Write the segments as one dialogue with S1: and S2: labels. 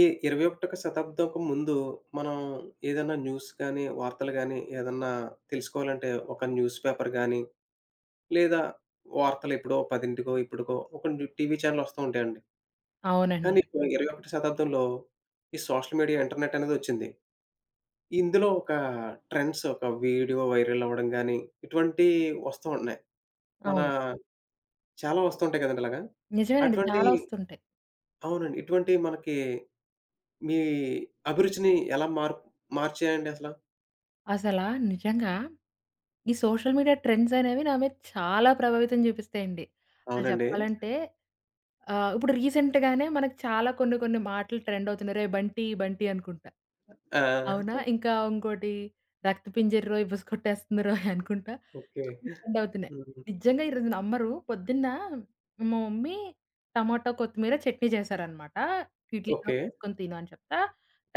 S1: ఈ 21 శతాబ్దంకు ముందు మనం ఏదైనా న్యూస్ గాని, వార్తలు గాని ఏదన్నా తెలుసుకోవాలంటే ఒక న్యూస్ పేపర్ గాని, లేదా వార్తలు ఎప్పుడో 10కో, ఇప్పటికో ఒక న్యూ టీవీ ఛానెల్ వస్తూ ఉంటాయండి. కానీ
S2: అవునండి.
S1: ఇప్పుడు 21 శతాబ్దంలో ఈ సోషల్ మీడియా, ఇంటర్నెట్ అనేది వచ్చింది. ఇందులో ఒక ట్రెండ్స్ ఒక వీడియో వైరల్ అవ్వడం గాని, ఇటువంటివి వస్తూ ఉంటున్నాయి. మన
S2: అవును.
S1: చాలా వస్తూ ఉంటాయి కదండీ ఇలాగా.
S2: నిజమేనండి.
S1: అటువంటి
S2: చాలా వస్తుంటాయి.
S1: అవునండి. ఇటువంటి మనకి మీ అభిరుచిని ఎలా మార్చాయండి అసల?
S2: అసలా నిజంగా ఈ సోషల్ మీడియా ట్రెండ్స్ అనేవి నా మీద చాలా ప్రభావితం చూపిస్తాయండి. అసలు
S1: అవునండి.
S2: చెప్పాలంటే ఇప్పుడు రీసెంట్‌గానే మనకు చాలా కొన్ని కొన్ని మాటలు ట్రెండ్ అవుతున్నాయి. "రేయ్ బంటి, బంటి" అనుకుంటా.
S1: ఆ!
S2: అవునా? ఇంకా ఇంకోటి "రక్తపింజరోయ్, బుసకొట్టేస్తుందిరోయ్" అనుకుంటా
S1: ఓకే.
S2: కొన్ని ట్రెండ్ అవుతున్నాయి.
S1: హ్మ్.
S2: నిజంగా ఈరోజు నమ్మరు, పొద్దున్న మా మమ్మీ టమాటా, కొత్తిమీర చట్నీ చేశారనమాట. "ఇడ్లీలో
S1: ఓకే.
S2: వేసుకొని తిను" అని చెప్తా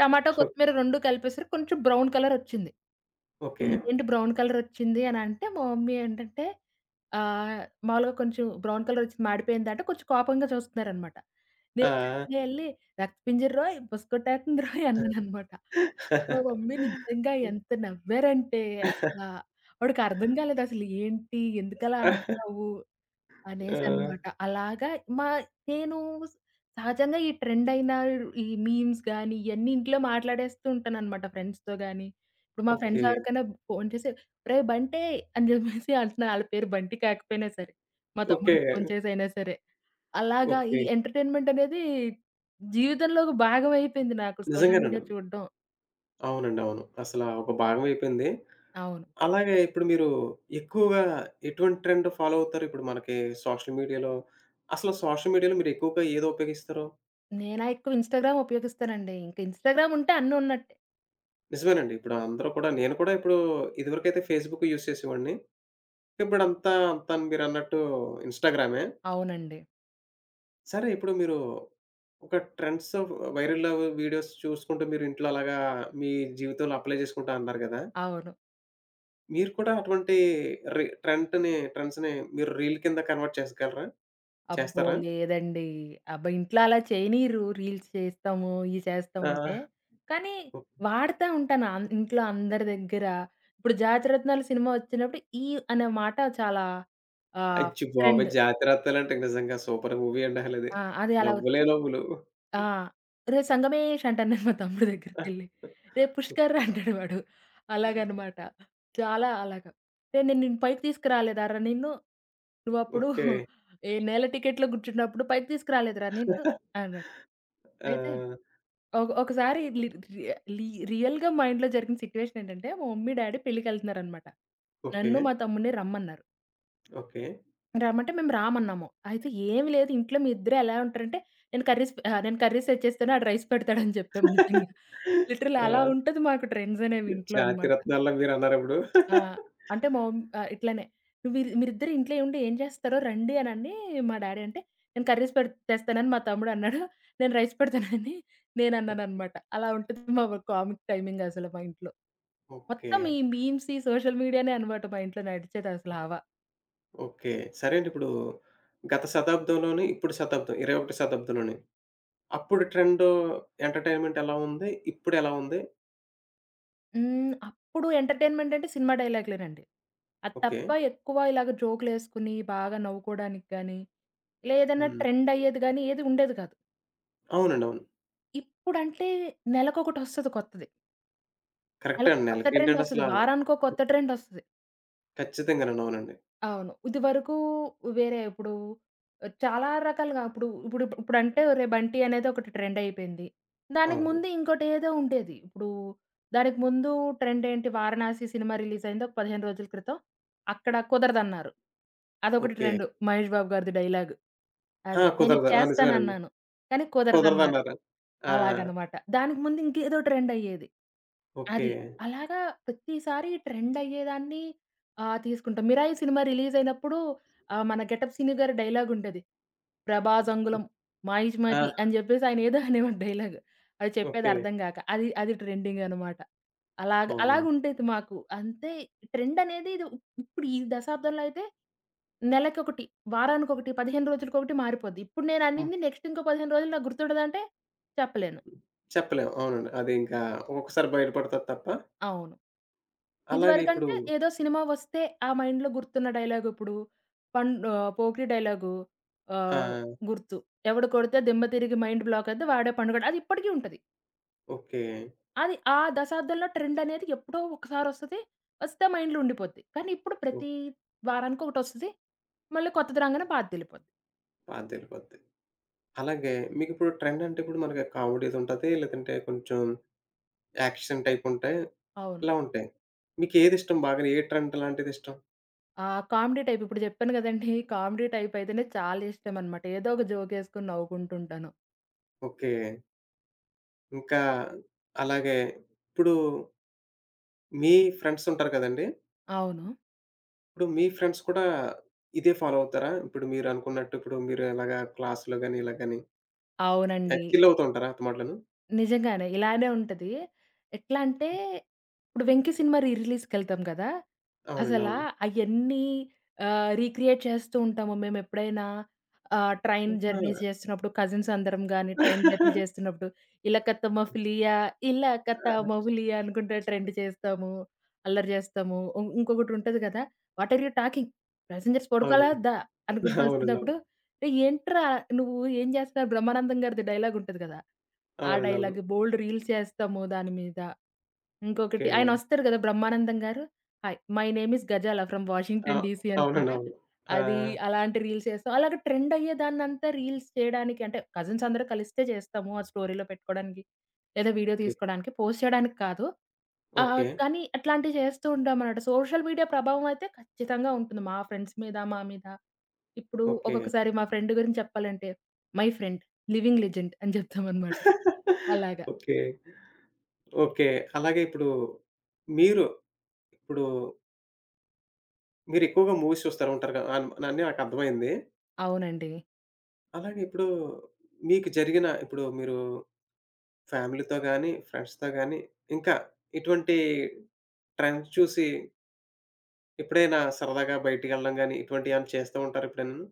S2: టమాటా, కొత్తిమీర 2 కలిపేసరికి కొంచెం బ్రౌన్ కలర్ వచ్చింది.
S1: ఓకే.
S2: "ఇదేంటి బ్రౌన్ కలర్ వచ్చింది" అని అంటే మా మమ్మీ ఏంటంటే, ఆహ్, మామూలుగా కొంచెం బ్రౌన్ కలరొచ్చింది మాడిపోయిందంటే కొంచెం కోపంగా చూస్తున్నారనమాట.
S1: ఆ!
S2: నేను వెంటనే ఎళ్లి "రక్తపింజరోయ్ బుసకొట్టేత్తందిరోయ్" అన్నాననమాట. మా మమ్మీ నిజంగా ఎంత నవ్వారంటే, అసల, వాడికర్థం కాలేదసలు ఏంటి? ఎందుకలా అంటున్నావు?
S1: ఆ!
S2: అనేసనమాట. అలాగా మా నేను సహజంగా ఈ ట్రెండ్ అయిన ఈ మీమ్స్ గాని, ఇయన్నీ ఇంట్లో మాట్లాడేస్తూ ఉంటాననమాట ఫ్రెండ్స్‌తో గాని. ఇప్పుడు మా
S1: ఓకే.
S2: ఫ్రెండ్స్ ఎవరికైనా ఫోను చేసి, "ఒరేయ్ బంటే" అని చెప్పేసి అంటున్నా. ఆళ్ళ పేరు బంటి కాకపోయినా సరే. మా
S1: ఓకే.
S2: తమ్ముడికి ఫోను చేసైనా సరే. అలాగా ఈ
S1: ఓకే.
S2: ఎంటర్‌టైన్‌మెంట్ అనేది జీవితంలో ఒక భాగం అయిపోయింది నాకు, సోషల్
S1: నిజంగానండి.
S2: మీడియా చూడడం.
S1: అవునండి. అవును. అసలా ఒక భాగం అయిపోయింది.
S2: అవును.
S1: అలాగే ఇప్పుడు మీరు ఎక్కువగా ఎటువంటి ట్రెండ్ ఫాలో అవుతారు? ఇప్పుడు మనకి సోషల్ మీడియాలో అసలు సోషల్ మీడియాలో మీరు ఎక్కువగా ఏది ఉపయోగిస్తారు?
S2: నేనా ఎక్కువ ఇన్‌స్టాగ్రామ్ ఉపయోగిస్తానండి. ఇంక ఇన్‌స్టాగ్రామ్ ఉంటే అన్నీ ఉన్నట్టే.
S1: నిజమేనండి. ఇప్పుడు అందరూ కూడా నేను కూడా ఇప్పుడు ఇదివరకైతే ఫేస్‌బుక్ యూజ్ చేసేవాడిని. ఇప్పుడంతా మీరన్నట్టు ఇన్‌స్టాగ్రామే.
S2: అవునండి.
S1: సరే ఇప్పుడు మీరు ఒక ట్రెండ్స్ వైరల్ వీడియోస్ చూసుకుంటూ మీరు ఇంట్లో అలాగా మీ జీవితంలో అప్లై చేసుకుంటా అన్నారు గదా!
S2: అవును.
S1: మీరు కూడా అటువంటి రి ట్రెంట్‌ని ట్రెండ్స్‌ని మీరు రీల్ కింద కన్వర్ట్ చేసగలరా?
S2: అబ్బో!
S1: చేస్తారా?
S2: లేదండి. అబ్బా! ఇంట్లో అలా చేయనీయరు రీల్స్ చేస్తాము, ఇయి చేస్తామంటే.
S1: ఆ!
S2: కానీ వాడతా ఉంటాను. ఇంట్లో అందరి దగ్గర. ఇప్పుడు 'జాతిరత్నాలు' సినిమా వచ్చినప్పుడు 'ఈ' అనే మాట చాలా ఆహ్,
S1: అచ్చు బాబోయ్!
S2: ట్రెండ్.
S1: 'జాతిరత్నాలు' అంటే నిజంగా సూపర్ మూవీ అండి అసలది.
S2: ఆ! అది అలా
S1: నవ్వులే
S2: వచ్చి,
S1: నవ్వులు.
S2: ఆ! "రే సంగమేష్" అంటాను నేను మా తమ్ముడి దగ్గరికెళ్ళి. "రే పుష్కర్" రా అంటాడు వాడు. అలాగనమాట. చాలా అలాగా. "రేయ్! నేను నిన్ను పైకి తీసుకురాలేదారా నిన్ను? నువ్వప్పుడు
S1: ఓకే.
S2: ఏ నేల టికెట్‌లో కూర్చున్నప్పుడు పైకి తీసుకురాలేదురా నిన్ను" అన్నాడు. అయితే
S1: ఆ!
S2: ఒకసారి లి రి లి రియల్‌గా మైండ్‌లో జరిగిన సిట్యుయేషన్ ఏంటంటే, మా మమ్మీ, డ్యాడీ పెళ్ళికెళ్తున్నారనమాట.
S1: ఓకే.
S2: నన్ను, మా తమ్ముడిని రమ్మన్నారు.
S1: ఓకే.
S2: రమ్మంటే మేము రామన్నాము. అయితే "ఏమి లేదు, ఇంట్లో మీ ఇద్దరే ఎలా ఉంటారంటే, నేను కర్రీస్ తెచ్చేస్తాను, ఆడు రైస్ పెడతాడు" అని చెప్పాము నిజంగా. లిటరల్లీ అలా
S1: ఆ!
S2: ఉంటది మాకు ట్రెండ్స్ అనేవి ఇంట్లో అనమాట.
S1: జాతిరత్నాల్లా మీరన్నారు ఇప్పుడు.
S2: ఆ! అంటే ఇట్లనే "నువ్వు మీరిద్దరు ఇంట్లో ఉండి ఏం చేస్తారో రండి" అనని మా డ్యాడీ అంటే, "నేను కర్రీస్ పెడ్ తెస్తానని" మా తమ్ముడు అన్నాడు. నేను రైస్ పెడతానని నేనన్నాననమాట. అలా ఉంటది మా కామిక్ టైమింగ్ అసలు మా ఇంట్లో.
S1: ఓకే.
S2: మొత్తం ఈ మీమ్స్, ఈ సోషల్ మీడియానే అనమాట మా ఇంట్లో నడిచేదసల హవా.
S1: ఓకే. సరే అండి. ఇప్పుడు గత శతాబ్దంలోని, ఇప్పుడు శతాబ్దం 21 శతాబ్దంలోని అప్పుడు ట్రెండు ఎంటర్‌టైన్‌మెంట్ ఎలా ఉంది? ఇప్పుడెలా ఉంది?
S2: హ్మ్. అప్పుడు ఎంటర్‌టైన్‌మెంట్ అంటే సినిమా డైలాగ్‌లేనండి. అది
S1: ఓకే.
S2: తప్ప ఎక్కువ ఇలాగ జోకులేసుకొని బాగా నవ్వుకోవడానికి గానీ, లేదన్నా
S1: హ్మ్.
S2: ట్రెండ్ అయ్యేది గానీ ఏది ఉండేది కాదు.
S1: అవునండి. అవును.
S2: ఇప్పుడంటే నెలకొకటొస్తది కొత్తది.
S1: కరెక్టే
S2: నెలకో
S1: అండి.
S2: కొత్త
S1: ఆళ్ళకేంటంటే
S2: ట్రెండొస్తది.
S1: అసలా
S2: వారానికో కొత్త ట్రెండొస్తది.
S1: ఖచ్చితంగానండి. అవునండి.
S2: అవును. ఇదివరకు వేరే ఇప్పుడు చాలా రకాలుగా ఇప్పుడు ఇప్పుడు ఇప్పుడంటే ఒరే బంటి అనేది ఒకటి ట్రెండయిపోయింది. దానికి
S1: అవును.
S2: ముందు ఇంకోటేదో ఉండేది. దానికి ముందు ట్రెండేంటి, 'వారణాసి' సినిమా రిలీజయింది ఒక 15 రోజుల క్రితం. అక్కడ కుదరదన్నారు. అదొకటి
S1: ఓకే.
S2: ట్రెండు. మహేష్ బాబు గారిది డైలాగు.
S1: ఆ!
S2: అది. నేనిది
S1: కుదరదు. ఆ! నిజమేనండి.
S2: చేస్తానన్నాను. కానీ కుదరదన్నారు.
S1: కుదరదన్నారా? ఆ!
S2: అలాగనమాట. దానికి ముందు ఇంకేదో ట్రెండయ్యేది.
S1: ఓకే.
S2: అది. అలాగా ప్రతిసారి ట్రెండయ్యేదాన్ని తీసుకుంటాం. 'మిరాయి' సినిమా రిలీజయినప్పుడు మన 'గెటప్' సిను గారి డైలాగుంటది. 'ప్రభాస్ అంగుళం
S1: ఆ!
S2: మాయిష్మతి' అని జెప్పేసి ఆయనేదో అనేవాడు డైలాగు. అది చెప్పేది
S1: ఓకే.
S2: అర్థం గాక. అది అది ట్రెండింగనమాట.
S1: అవునండి.
S2: అలాగుండేది మాకు. అంతే. ట్రెండనేది ఇప్పుడు ఈ దశాబ్దంలో అయితే నెలకొకటి, వారానికొకటి, 15 రోజులకొకటి మారిపోద్ది. ఇప్పుడు
S1: హ్మ్.
S2: నేననింది నెక్స్ట్ ఇంకో 15 రోజులు నాకు గుర్తుండదంటే చెప్పలేను.
S1: చెప్పలేం. అవునండి. అది ఇంకా ఒక్కొక్కసారి బయట పడతది తప్ప
S2: అవును.
S1: అలాగే ఇప్పుడు
S2: ఇదివరకంటే ఏదో సినిమా వస్తే ఆ మైండ్‌లో గుర్తున్న డైలాగ్ ఇప్పుడు 'పోకిరి' డైలాగు ఆహ్,
S1: ఆహ్,
S2: గుర్తు. ఎవడు కొడితే దిమ్మ తిరిగి మైండ్ బ్లాక్ అయిద్ది వాడే పండుగాడు. అది ఇప్పటికి ఉంటది.
S1: ఓకే.
S2: అది ఆ దశాబ్దంలో ట్రెండ్ అనేది ఎప్పుడో ఒకసారి వస్తది. వస్తే మైండ్‌లో ఉండిపోద్ది. కానీ ఇప్పుడు
S1: ఓహ్!
S2: ప్రతి వారానికి ఒకటొస్తది. మళ్ళీ కొత్తది రాంగానే పాతదెళ్ళిపోద్ది.
S1: అదేలే పోద్ది. అలాగే మీకిప్పుడు ట్రెండ్ అంటే ఇప్పుడు మనకి కామెడీదుంటది. లేదంటే కొంచెం యాక్షన్ టైప్ ఉంటాయి.
S2: అవును.
S1: ఇలా ఉంటాయి. మీకేదిష్టం బాగా? ఏ ట్రెండ్ లాంటిదిష్టం?
S2: ఆ కామెడీ టైప్ ఇప్పుడు చెప్పాను కదండీ! కామెడీ టైప్ అయితేనే చాలా ఇష్టమనమాట. ఏదో ఒక జోకేసుకొని నవ్వుకుంటూ ఉంటాను.
S1: ఓకే. ఇంకా అలాగే ఇప్పుడు మీ ఫ్రెండ్స్ ఉంటారు కదండీ!
S2: అవును.
S1: ఇప్పుడు మీ ఫ్రెండ్స్ కూడా ఇదే ఫాలో అవుతారా? ఇప్పుడు మీరు అనుకున్నట్టు ఇప్పుడు మీరు ఎలాగా క్లాస్‌లో గాని, ఇలా గాని
S2: అవునండి.
S1: చిల్ అవుతూ ఉంటారా? అతమాట్లోను.
S2: నిజంగానే. ఇలానే ఉంటది. ఎట్లా అంటే, ఇప్పుడు 'వెంకి' సినిమా రీ రిలీజ్‌కెళ్తాం కదా!
S1: అవునండి.
S2: అసలా
S1: అవును.
S2: అయన్నీ రీక్రియేట్ చేస్తూ ఉంటాము. మేమెప్పుడైనా ట్రైన్
S1: ఇంకా ఆ!
S2: జర్నీస్ చేస్తున్నప్పుడు, కజిన్స్ అందరం గానీ, ట్రైన్ జర్నీ చేస్తున్నప్పుడు, 'ఇలకత్త మఫ్లియా, ఇలకత్త మఫ్లియా' అనుకుంటా ట్రెండ్ చేస్తాము. అల్లరి చేస్తాము. ఇంకొకటుంటది కదా! 'What are you talking? Passengers పడుకోవాలా
S1: అవునండి.
S2: వద్దా?' అనుకుంటూ
S1: అవునండి. అవును.
S2: వస్తున్నప్పుడు, "రేయ్ ఏంట్రా నువ్వు ఏం చేస్తున్నారు?" బ్రహ్మానందం గారిది డైలాగుంటది కదా! ఆ
S1: అవునండి. అవును.
S2: డైలాగ్ బోలెడు రీల్స్ చేస్తాము దాని మీద.
S1: ఓకే.
S2: ఇంకొకటి ఆయనొస్తారు గదా! బ్రహ్మానందం గారు. Hi my name is Ghazala from
S1: ah!
S2: Washington DC
S1: అవునండి.
S2: అనుకుంటా.
S1: అవును. ఆ!
S2: అది అలాంటి రీల్స్ చేస్తాం. అలాగే ట్రెండ్ అయ్యేదాన్నంతా రీల్స్ చేయడానికి అంటే కజిన్స్ అందరూ కలిస్తే చేస్తాము. ఆ స్టోరీలో పెట్టుకోవడానికి, లేదా వీడియో
S1: ఓకే.
S2: తీసుకోవడానికి, పోస్ట్ చేయడానికి కాదు.
S1: ఓకే.
S2: కానీ అట్లాంటివి చేస్తూ ఉంటామనమాట. సోషల్ మీడియా ప్రభావం అయితే ఖచ్చితంగా ఉంటుంది. మా ఫ్రెండ్స్ మీద, మా మీద. ఇప్పుడు
S1: ఓకే.
S2: ఒక్కొక్కసారి మా ఫ్రెండ్ గురించి చెప్పాలంటే, మై ఫ్రెండ్ లివింగ్ లెజెండ్ అని చెప్తామనమాట. అలాగా.
S1: ఓకే. ఓకే. అలాగే ఇప్పుడు మీరు ఇప్పుడు మీరెక్కువగా మూవీస్ చూస్తా ఉంటారు కదా! అని నాకర్థమైంది.
S2: అవునండి.
S1: అలాగే ఇప్పుడు మీకు జరిగిన ఇప్పుడు మీరు ఫ్యామిలీతో గాని, ఫ్రెండ్స్‌తో గాని ఇంకా ఇటువంటి ట్రెండ్స్ చూసి ఎప్పుడైనా సరదాగా బయటికెళ్ళడం గాని ఇటువంటియేమన్నా చేస్తూ ఉంటారా ఎప్పుడైనాను?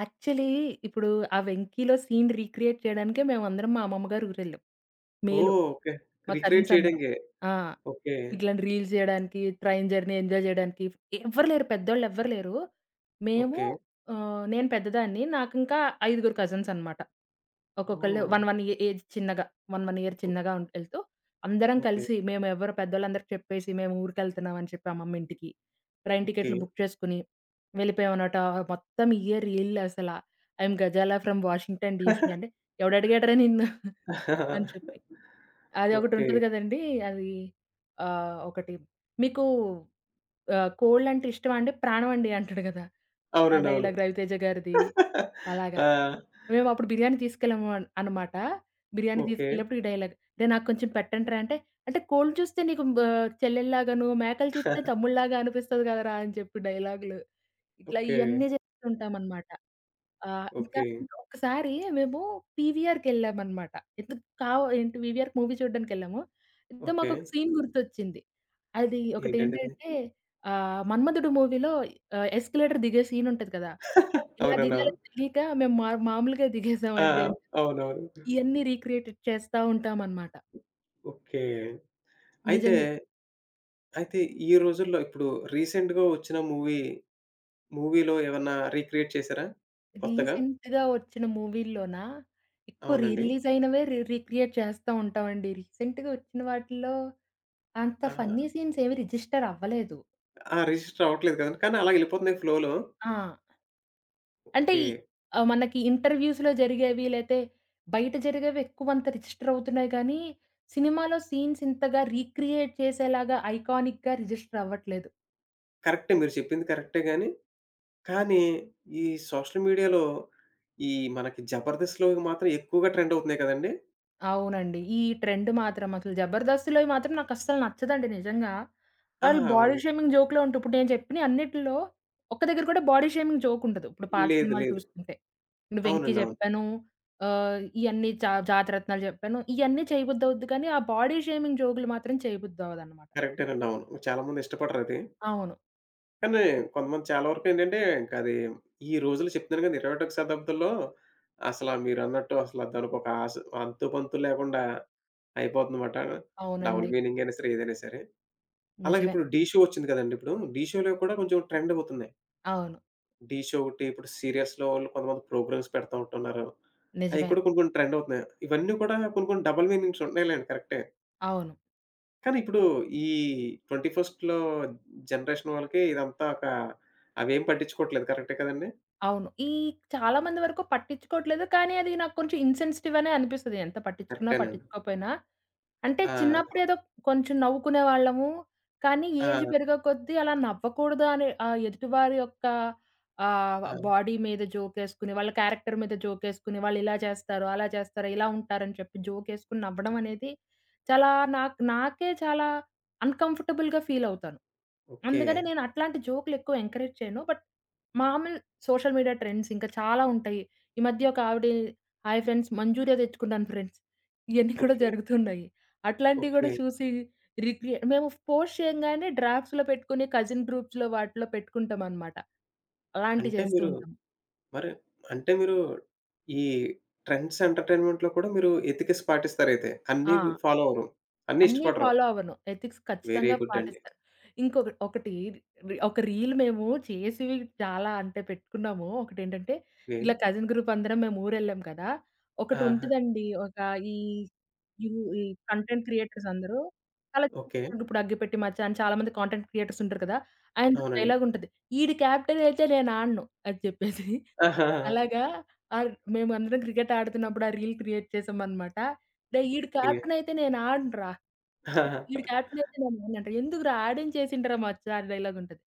S2: యాక్చువల్లీ ఇప్పుడు ఆ 'వెంకీలో' సీన్ రీక్రియేట్ చేయడానికే మేమందరం మా అమ్మమ్మ గారి ఊరెళ్ళాం. మేలో
S1: ఓహ్! ఓకే.
S2: మా
S1: రీక్రియేట్
S2: కజిన్స్ అందరం.
S1: చేయడానికి.
S2: ఆ!
S1: ఓకే.
S2: ఇట్లాంటి రీల్స్ చేయడానికి, ట్రైన్ జర్నీ ఎంజాయ్ చేయడానికి. ఎవ్వరు లేరు. పెద్దోళ్ళు ఎవ్వరు లేరు. మేము
S1: ఓకే.
S2: నేను పెద్దదాన్ని. నాకింకా ఐదుగురు కజిన్స్ అన్నమాట. ఒక్కొక్కళ్ళు
S1: ఓహ్!
S2: 1, 1 ఏ ఏజ్ చిన్నగా 1, 1 ఇయర్
S1: ఓ
S2: చిన్నగా ఎళ్తూ అందరం
S1: ఓకే.
S2: కలిసి మేము ఎవరు పెద్దోళ్ళందరికి చెప్పేసి మేము ఊరికెళ్తున్నామని చెప్పి అమ్మమ్మ ఇంటికి, ట్రైన్
S1: ఓకే.
S2: టికెట్లు బుక్ చేసుకొని వెళ్ళిపోయామనమాట. మొత్తం ఇయర్ రీల్లు అసల, I am Ghazala from Washington DC అంటే ఎవడడిగాడురా నిన్ను? అని చెప్పి. అది
S1: ఓకే.
S2: ఒకటుంటది గదండీ! అది ఒకటి మీకు కోళ్ళంటే ఇష్టమా అంటే ప్రాణం అండి అంటాడు గదా! ఆ
S1: అవునండి. అవును.
S2: డైలాగ్ రవితేజ గారిది. అలాగా.
S1: ఆ!
S2: మేమప్పుడు బిర్యానీ తీసుకెళ్ళాము అనమాట. బిర్యానీ
S1: ఓకే.
S2: తీసుకెళ్ళినప్పుడు ఈ డైలాగ్. "రేయ్! నాకు కొంచెం పెట్టండిరా" అంటే, "అంటే కోళ్ళు చూస్తే నీకు చెల్లెల్లాగాను, మేకలు చూస్తే తమ్ముడిలాగా అనిపిస్తది గదరా!" అని చెప్పి డైలాగులు. ఇట్లా
S1: ఓకే.
S2: ఇయన్నీ జేస్తుంటామనమాట. ఆ! ఇంకా
S1: ఓకే.
S2: ఇంకొకసారి మేము పీవీఆర్‌కెళ్ళామనమాట. ఎందుకు కావ్ ఏంటి పీవీఆర్ మూవీ చూడ్డానికెళ్ళాము. అయితే
S1: ఓకే.
S2: మాకొక సీన్ గుర్తొచ్చింది. అది
S1: ఏంటండిది?
S2: ఒకటేంటంటే 'మన్మధుడు' మూవీలో ఎస్కలేటర్ దిగే సీన్ ఉంటది కదా! ఇలా
S1: అవునండి. అవును.
S2: దిగాలని తెలీక మేము మా మామూలుగా
S1: ఆ!
S2: దిగేసామండి అని చెప్పి.
S1: అవునవును.
S2: ఇయన్నీ రీక్రియేటెడ్ చేస్తా ఉంటామనమాట.
S1: ఓకే. అయితే,
S2: నిజంగా
S1: అయితే ఈ రోజుల్లో ఇప్పుడు రీసెంట్‌గా వచ్చిన మూవీ, మూవీలో ఏమన్నా రీక్రియేట్ చేసారా? కొత్తగా?
S2: రీసెంట్‌గా వచ్చిన మూవీల్లోనా ఎక్కువ రీ
S1: అవునండి.
S2: రిలీజ్ అయినవే రీక్రియేట్ చేస్తా ఉంటామండి. రీసెంట్‌గా వచ్చిన వాటిల్లో అంత
S1: ఆహా!
S2: ఫన్నీ సీన్స్ ఏవి రిజిస్టర్ అవ్వలేదు.
S1: ఆ! రిజిస్టర్ అవ్వట్లేదు కదండీ. కానీ అలా ఎళ్ళిపోతున్నాయి ఫ్లోలో.
S2: ఆ! అంటే
S1: ఓకే.
S2: మనకి ఇంటర్‌వ్యూస్‌లో జరిగేవి లేతే బయట జరిగేవి ఎక్కువ అంత రిజిస్టర్ అవుతున్నాయి గానీ, సినిమాలో సీన్స్ ఇంతగా రీక్రియేట్ చేసేలాగా ఐకానిక్‌గా రిజిస్టర్ అవ్వట్లేదు.
S1: కరెక్టే మీరు చెప్పింది కరెక్టే గాని కానీ, ఈ సోషల్ మీడియాలో ఈ మనకి 'జబర్దస్త్‌లో' మాత్రం ఎక్కువగా ట్రెండ్ అవుతున్నాయి కదండీ!
S2: అవునండి. ఈ ట్రెండ్ మాత్రం అసలు 'జబర్దస్త్‌లోవి' మాత్రం నాకస్సలు నచ్చదండి నిజంగా.
S1: ఆ!
S2: వాళ్ళు బాడీ
S1: అవును.
S2: షేమింగ్ జోక్‌లే ఉంటయి. ఇప్పుడు నేను చెప్పినయి అన్నిటిలో ఒక్క దగ్గర కూడా బాడీ షేమింగ్ జోక్ ఉండదు. ఇప్పుడు పాత
S1: లేదు.
S2: సినిమాలు
S1: లేదు.
S2: చూసుకుంటే. ఇప్పుడు 'వెంకి'
S1: అవునండి. అవును.
S2: చెప్పాను. ఇయన్నీ 'జాతిరత్నాలు' చెప్పాను. ఇయన్నీ చేయబుద్దవుద్ది కానీ, ఆ బాడీ షేమింగ్ జోకులు మాత్రం చేయబుద్దవ్వదనమాట.
S1: కరెక్టేనండి. అవును. చాలామంది ఇష్టపడరది.
S2: అవును.
S1: కానీ, కొంతమంది చాలా వరకేంటంటే, ఇంక అది ఈ రోజుల్లో చెప్తున్నాను కదా! 21వ శతాబ్దంలో అసల మీరన్నట్టు అసల దానికొక అంతు, పంతు లేకుండా అయిపోతుందమాట. డబుల్
S2: అవునండి.
S1: మీనింగ్ అయినా సరే, ఏదైనా సరే. అలాగే
S2: నిజమే.
S1: ఇప్పుడు 'ఢీ షో' వచ్చింది కదండీ ఇప్పుడు. 'ఢీ షో'లో' కూడా కొంచెం ట్రెండ్ అవుతున్నాయి.
S2: అవును.
S1: ఢీ షో ఒకటి, ఇప్పుడు సీరియల్స్‌లో వాళ్ళు కొంతమంది ప్రోగ్రామ్స్ పెడతా ఉంటున్నారు. అయి
S2: నిజమే.
S1: కూడా కొన్ని కొన్ని ట్రెండ్ అవుతున్నాయి. ఇవన్నీ కూడా కొన్ని కొన్ని డబుల్ మీనింగ్స్ ఉంటున్నాయిలెండి కరెక్టే.
S2: అవును.
S1: కానీ ఇప్పుడు ఈ 21st జనరేషన్ వాళ్ళకి ఇదంతా ఒక అవేం పట్టించుకోవట్లేదు. కరెక్టే కదండీ!
S2: అవును. ఈ చాలా మంది వరకు పట్టించుకోవట్లేదు. కానీ, అది నాకు కొంచెం ఇన్‌సెన్సిటివ్ అనే అనిపిస్తది. ఎంత పట్టించుకున్నా,
S1: కరెక్టేనండి.
S2: పట్టించుకోపోయినా. అంటే
S1: ఆ!
S2: చిన్నప్పుడు ఏదో కొంచెం నవ్వుకునేవాళ్ళము. కానీ
S1: ఆ!
S2: ఏజ్ పెరిగే కొద్దీ అలా నవ్వకూడదు అనే, ఎదుటివారి యొక్క
S1: ఆ!
S2: బాడీ మీద జోకేసుకుని, వాళ్ళ క్యారెక్టర్ మీద జోకేసుకుని, వాళ్ళిలా చేస్తారు, అలా చేస్తారు, ఇలా ఉంటారని చెప్పి జోకేసుకొని నవ్వడం అనేది చాలా నాకే చాలా అన్‌కంఫర్టబుల్‌గా ఫీల్ అవుతాను.
S1: ఓకే.
S2: అందుకనే నేను అట్లాంటి జోక్‌లు ఎక్కువ ఎంకరేజ్ చేయను. బట్ మామూలు సోషల్ మీడియా ట్రెండ్స్ ఇంకా చాలా ఉంటాయి. ఈ మధ్య ఒక ఆవిడ "హాయ్ ఫ్రెండ్స్ మంజూరియా తెచ్చుకున్నాను ఫ్రెండ్స్" ఇయన్నీ కూడా
S1: ఓకే.
S2: జరుగుతున్నాయి. అట్లాంటివి
S1: ఓకే.
S2: గూడా చూసి మేము పోస్ట్ చేయంగానే డ్రాఫ్ట్స్‌లో పెట్టుకొని కజిన్ గ్రూప్స్‌లో వాటిలో పెట్టుకుంటామనమాట. అలాంటివి
S1: అంటే
S2: చేస్తూ
S1: మీరు
S2: ఉంటాం.
S1: మరి అంటే మీరు ఈ ట్రెండ్స్ ఎంటర్‌టైన్‌మెంట్‌లో కూడా మీరు ఎతికేసి పాటిస్తారయితే. అన్నీ
S2: ఆ!
S1: ఫాలో అవ్వరు. అన్నీ
S2: అన్నీ
S1: ఇష్టపడరు.
S2: ఫాలో అవ్వను. ఎథిక్స్
S1: వెరీ
S2: ఖచ్చితంగా
S1: గుడ్ అండి.
S2: పాటిస్తాను. ఒకటి ఒక రీల్ మేము చేసివి చాలా అంటే పెట్టుకున్నాము. ఒకటేంటంటే
S1: వెరీ
S2: ఇలా కజిన్ గ్రూప్ అందరం మేము ఊరెళ్ళాం కదా!
S1: ఆహా!
S2: ఒకటుంటదండి. ఒక ఈ యు ఈ కంటెంట్ క్రియేటర్స్ అందరూ
S1: ఓకే.
S2: ఇప్పుడు 'అగ్గిపెట్టి మచ్చా' అని చాలామంది కాంటెంట్ క్రియేటర్స్ ఉంటారు కదా! ఆయనది ఒక
S1: అవునండి.
S2: డైలాగ్ ఉంటది. "ఈడు కెప్టెన్ అయితే నేను ఆడను" అని చెప్పేసి.
S1: ఆహా!
S2: అలాగా ఆహ్, మేమందరం క్రికెట్ ఆడుతున్నప్పుడు ఆ రీల్ క్రియేట్ చేసామనమాట. "డేయ్! ఈడు
S1: ఓకే.
S2: కెప్టెన్ అయితే నేను ఆడనురా"
S1: ఆహాహా!
S2: ఈడు క్యాప్టెనయితే మా నాన్నంటారు. "ఎందుకురా ఆడేం చేసిండురా మచ్చా" అని డైలాగుంటది.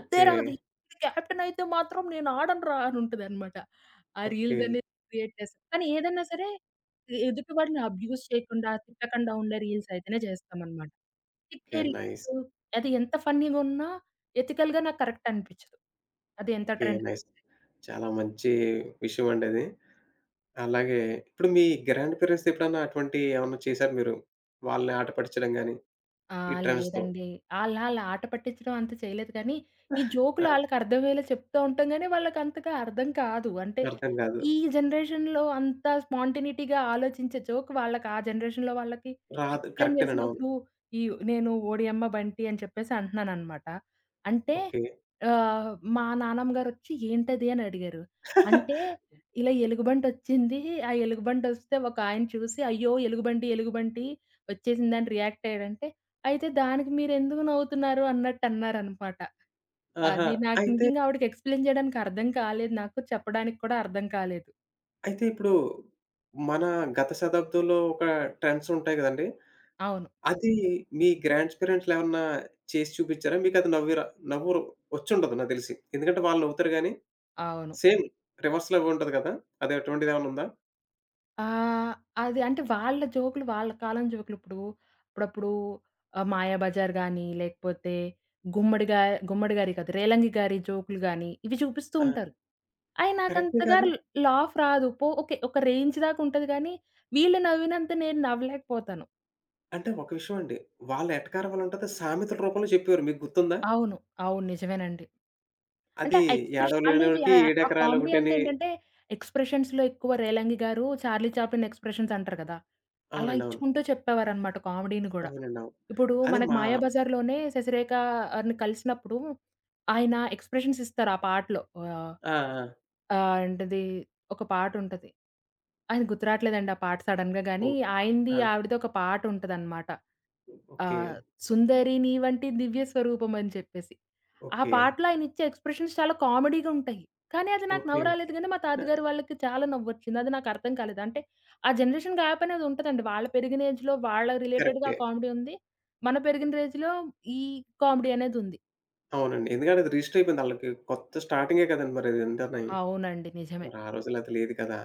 S1: ఓకే.
S2: అది. ఈడు క్యాప్టెనయితే మాత్రం నేను ఆడనురా" అనుంటదనమాట. ఆ
S1: ఓకే.
S2: రీల్స్ అనేది క్రియేట్ చేస్తాం. కానీ ఏదన్నా సరే ఎదుటి వాడిని అబ్యూజ్ చేయకుండా, తిట్టకుండా ఉండే రీల్స్ అయితేనే చేస్తామనమాట. తిట్టే
S1: ఓకే. నైస్.
S2: రీల్స్ అది ఎంత ఫన్నీ‌గున్నా ఎథికల్‌గా నాకు కరెక్ట్ అనిపిచ్చదు. అది ఎంత
S1: ఓకే.
S2: ట్రెండ్.
S1: నైస్. చాలా మంచి విషయం అండి అది. అలాగే ఇప్పుడు మీ గ్రాండ్ పేరెంట్స్ ఎప్పుడన్నా అటువంటి ఏమన్నా చేసారా మీరు? వాళ్ళని ఆట పట్టించడం గాని,
S2: ఆ!
S1: ఈ ట్రెండ్స్‌తో?
S2: లేదండి. ఆళ్ళాళ్ళు ఆట పట్టించడం అంత చేయలేదు కానీ, ఈ
S1: ఆ!
S2: జోకులు ఆళ్ళకర్థమయ్యేలా చెప్తా ఉంటాం గానీ, వాళ్ళకంతగా అర్థం కాదు. అంటే,
S1: అర్థం కాదు.
S2: ఈ జనరేషన్‌లో అంత స్పాంటేనిటీగా ఆలోచించే జోక్ వాళ్ళకి ఆ జనరేషన్‌లో వాళ్ళకి
S1: రాదు.
S2: ఎక్స్‌ప్లెయిన్
S1: కరెక్టేనండి. అవును.
S2: చేసినప్పుడు, ఈ నేను ఓడియమ్మ బంటి అని చెప్పేసి అంటున్నాననమాట. అంటే,
S1: ఓకే.
S2: ఆహ్, మా నానమ్మ గారొచ్చి ఏంటది అని అడిగారు. అంటే, ఇలా ఎలుగుబంటొచ్చింది. ఆ ఎలుగుబంటొస్తే ఒకాయన చూసి, అయ్యో! ఎలుగుబంటి, ఎలుగుబంటి వచ్చేసిందని రియాక్ట్ అయ్యాడంటే, అయితే దానికి మీరెందుకు నవ్వుతున్నారు అన్నట్టన్నారనమాట.
S1: ఆహా!
S2: అది నాకు
S1: అయితే
S2: నిజంగా ఆవిడకి ఎక్స్‌ప్లెయిన్ చేయడానికి అర్థం కాలేదు. నాకు చెప్పడానికి కూడా అర్థం కాలేదు.
S1: అయితే ఇప్పుడు మన గత శతాబ్దంలో ఒక ట్రెండ్స్ ఉంటాయి కదండీ!
S2: అవును.
S1: అది మీ గ్రాండ్స్ పేరెంట్సేమన్నా చేసి చూపిచ్చారా? మీకది నవ్వురు వచ్చుండదు నాకు తెలిసి. ఎందుకంటే వాళ్ళు నవ్వుతారు గానీ,
S2: అవును.
S1: సేమ్ రివర్స్‌లో ఉంటది కదా! అది అటువంటిదేమన్నా ఉందా?
S2: ఆహ్, అది అంటే వాళ్ళ జోకులు, వాళ్ళ కాలం జోకులు. ఇప్పుడు అప్పుడప్పుడు 'మాయాబజార్' గాని, లేకపోతే గుమ్మడి గా గుమ్మడి గారి కాదు, రేలంగి గారి జోకులు గాని, ఇవి చూపిస్తూ
S1: ఆ!
S2: ఉంటారు. అయి
S1: కరెక్టే
S2: నాకంతగా
S1: గానీ
S2: లాఫ్ రాదు. ఓకే. ఒక రేంజ్ దాకా ఉంటది గానీ, వీళ్ళు నవ్వినంత నేను నవ్వలేకపోతాను.
S1: అంటే ఒక విషయం అండి. వాళ్ళ ఎటకారం వల్ల ఉంటది. సామెతల రూపంలో చెప్పేవారు. మీకు గుర్తుందా?
S2: అవును. అవును. నిజమేనండి. అంటే
S1: అది
S2: ఆ ఎక్స్‌ప్రెషన్ ఆళ్ళది,
S1: ఏడవలేనోడికి
S2: ఆ
S1: ఏడెకరాలు
S2: కామెడీ అంతా
S1: ఒకటని
S2: ఏంటంటే ఎక్స్‌ప్రెషన్స్‌లో ఎక్కువ. 'రేలంగి' గారు 'చార్లీ చాప్లిన్' ఎక్స్‌ప్రెషన్స్ అంటారు కదా! అలా
S1: అవునండి. అవును.
S2: ఇచ్చుకుంటూ చెప్పేవారనమాట కామెడీని గూడా.
S1: అవునండి. అవును.
S2: ఇప్పుడు
S1: అది
S2: మనకు
S1: మా
S2: 'మాయాబజార్‌లోనే' 'శశిరేఖ' ఆరిని కలిసినప్పుడు ఆయన ఎక్స్‌ప్రెషన్స్ ఇస్తారు ఆ పాటలో. ఆహ్,
S1: ఆ! ఆ!
S2: ఆహ్, ఏంటిది, ఒక పాటుంటది. ఆయన గుర్తురాట్లేదండి ఆ పాట సడెన్‌గా గానీ,
S1: ఓహ్!
S2: ఆయనది
S1: ఆ!
S2: ఆవిడది ఒక పాటుంటదనమాట.
S1: ఓకే.
S2: ఆహ్, 'సుందరి నీ వంటి దివ్య స్వరూపం' అని చెప్పేసి, ఆ
S1: ఓకే.
S2: పాటలో ఆయనిచ్చే ఎక్స్‌ప్రెషన్స్ చాలా కామెడీగా ఉంటాయి. కానీ అది నాకు
S1: ఓకే.
S2: నవ్వు రాలేదు గానీ, మా
S1: ఆహ్,
S2: తాతగారు వాళ్ళకి చాలా నవ్వొచ్చింది. అది నాకు అర్థం కాలేదు. అంటే ఆ జనరేషన్ గ్యాప్ అనేది ఉంటదండి. వాళ్ళు పెరిగిన ఏజ్‌లో వాళ్ళ రిలేటెడ్‌గా
S1: కరెక్టే.
S2: ఆ కామెడీ ఉంది. మన పెరిగిన ఏజ్‌లో ఈ కామెడీ అనేదుంది.
S1: అవునండి. ఎందుకంటే అది రిజిస్టర్ అయిపోయింది ఆళ్ళకి. కొత్త స్టార్టింగే కదండీ మరది ఎంతని.
S2: అవునండి. నిజమే.
S1: మరి ఆ రోజుల్లో అది లేదు కదా!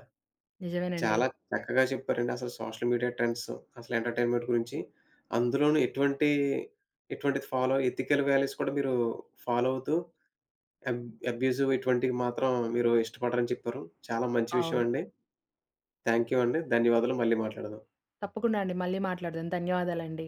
S2: నిజమేనండి.
S1: చాలా చక్కగా చెప్పారండి అసలు సోషల్ మీడియా ట్రెండ్స్, అసలు ఎంటర్‌టైన్‌మెంట్ గురించి. అందులోనూ ఎటువంటి ఎటువంటిది ఫాలో ఎథికల్ వాల్యూస్ కూడా మీరు ఫాలో అవుతూ అబ్ అబ్యూసివ్ ఇటువంటివి మాత్రం మీరు ఇష్టపడరని చెప్పారు. చాలా మంచి విషయం
S2: అవును.
S1: అండి. థాంక్ యూ అండి. ధన్యవాదాలు. మళ్ళీ మాట్లాడదాం.
S2: తప్పకుండా అండి. మళ్ళీ మాట్లాడదాం. ధన్యవాదాలండి.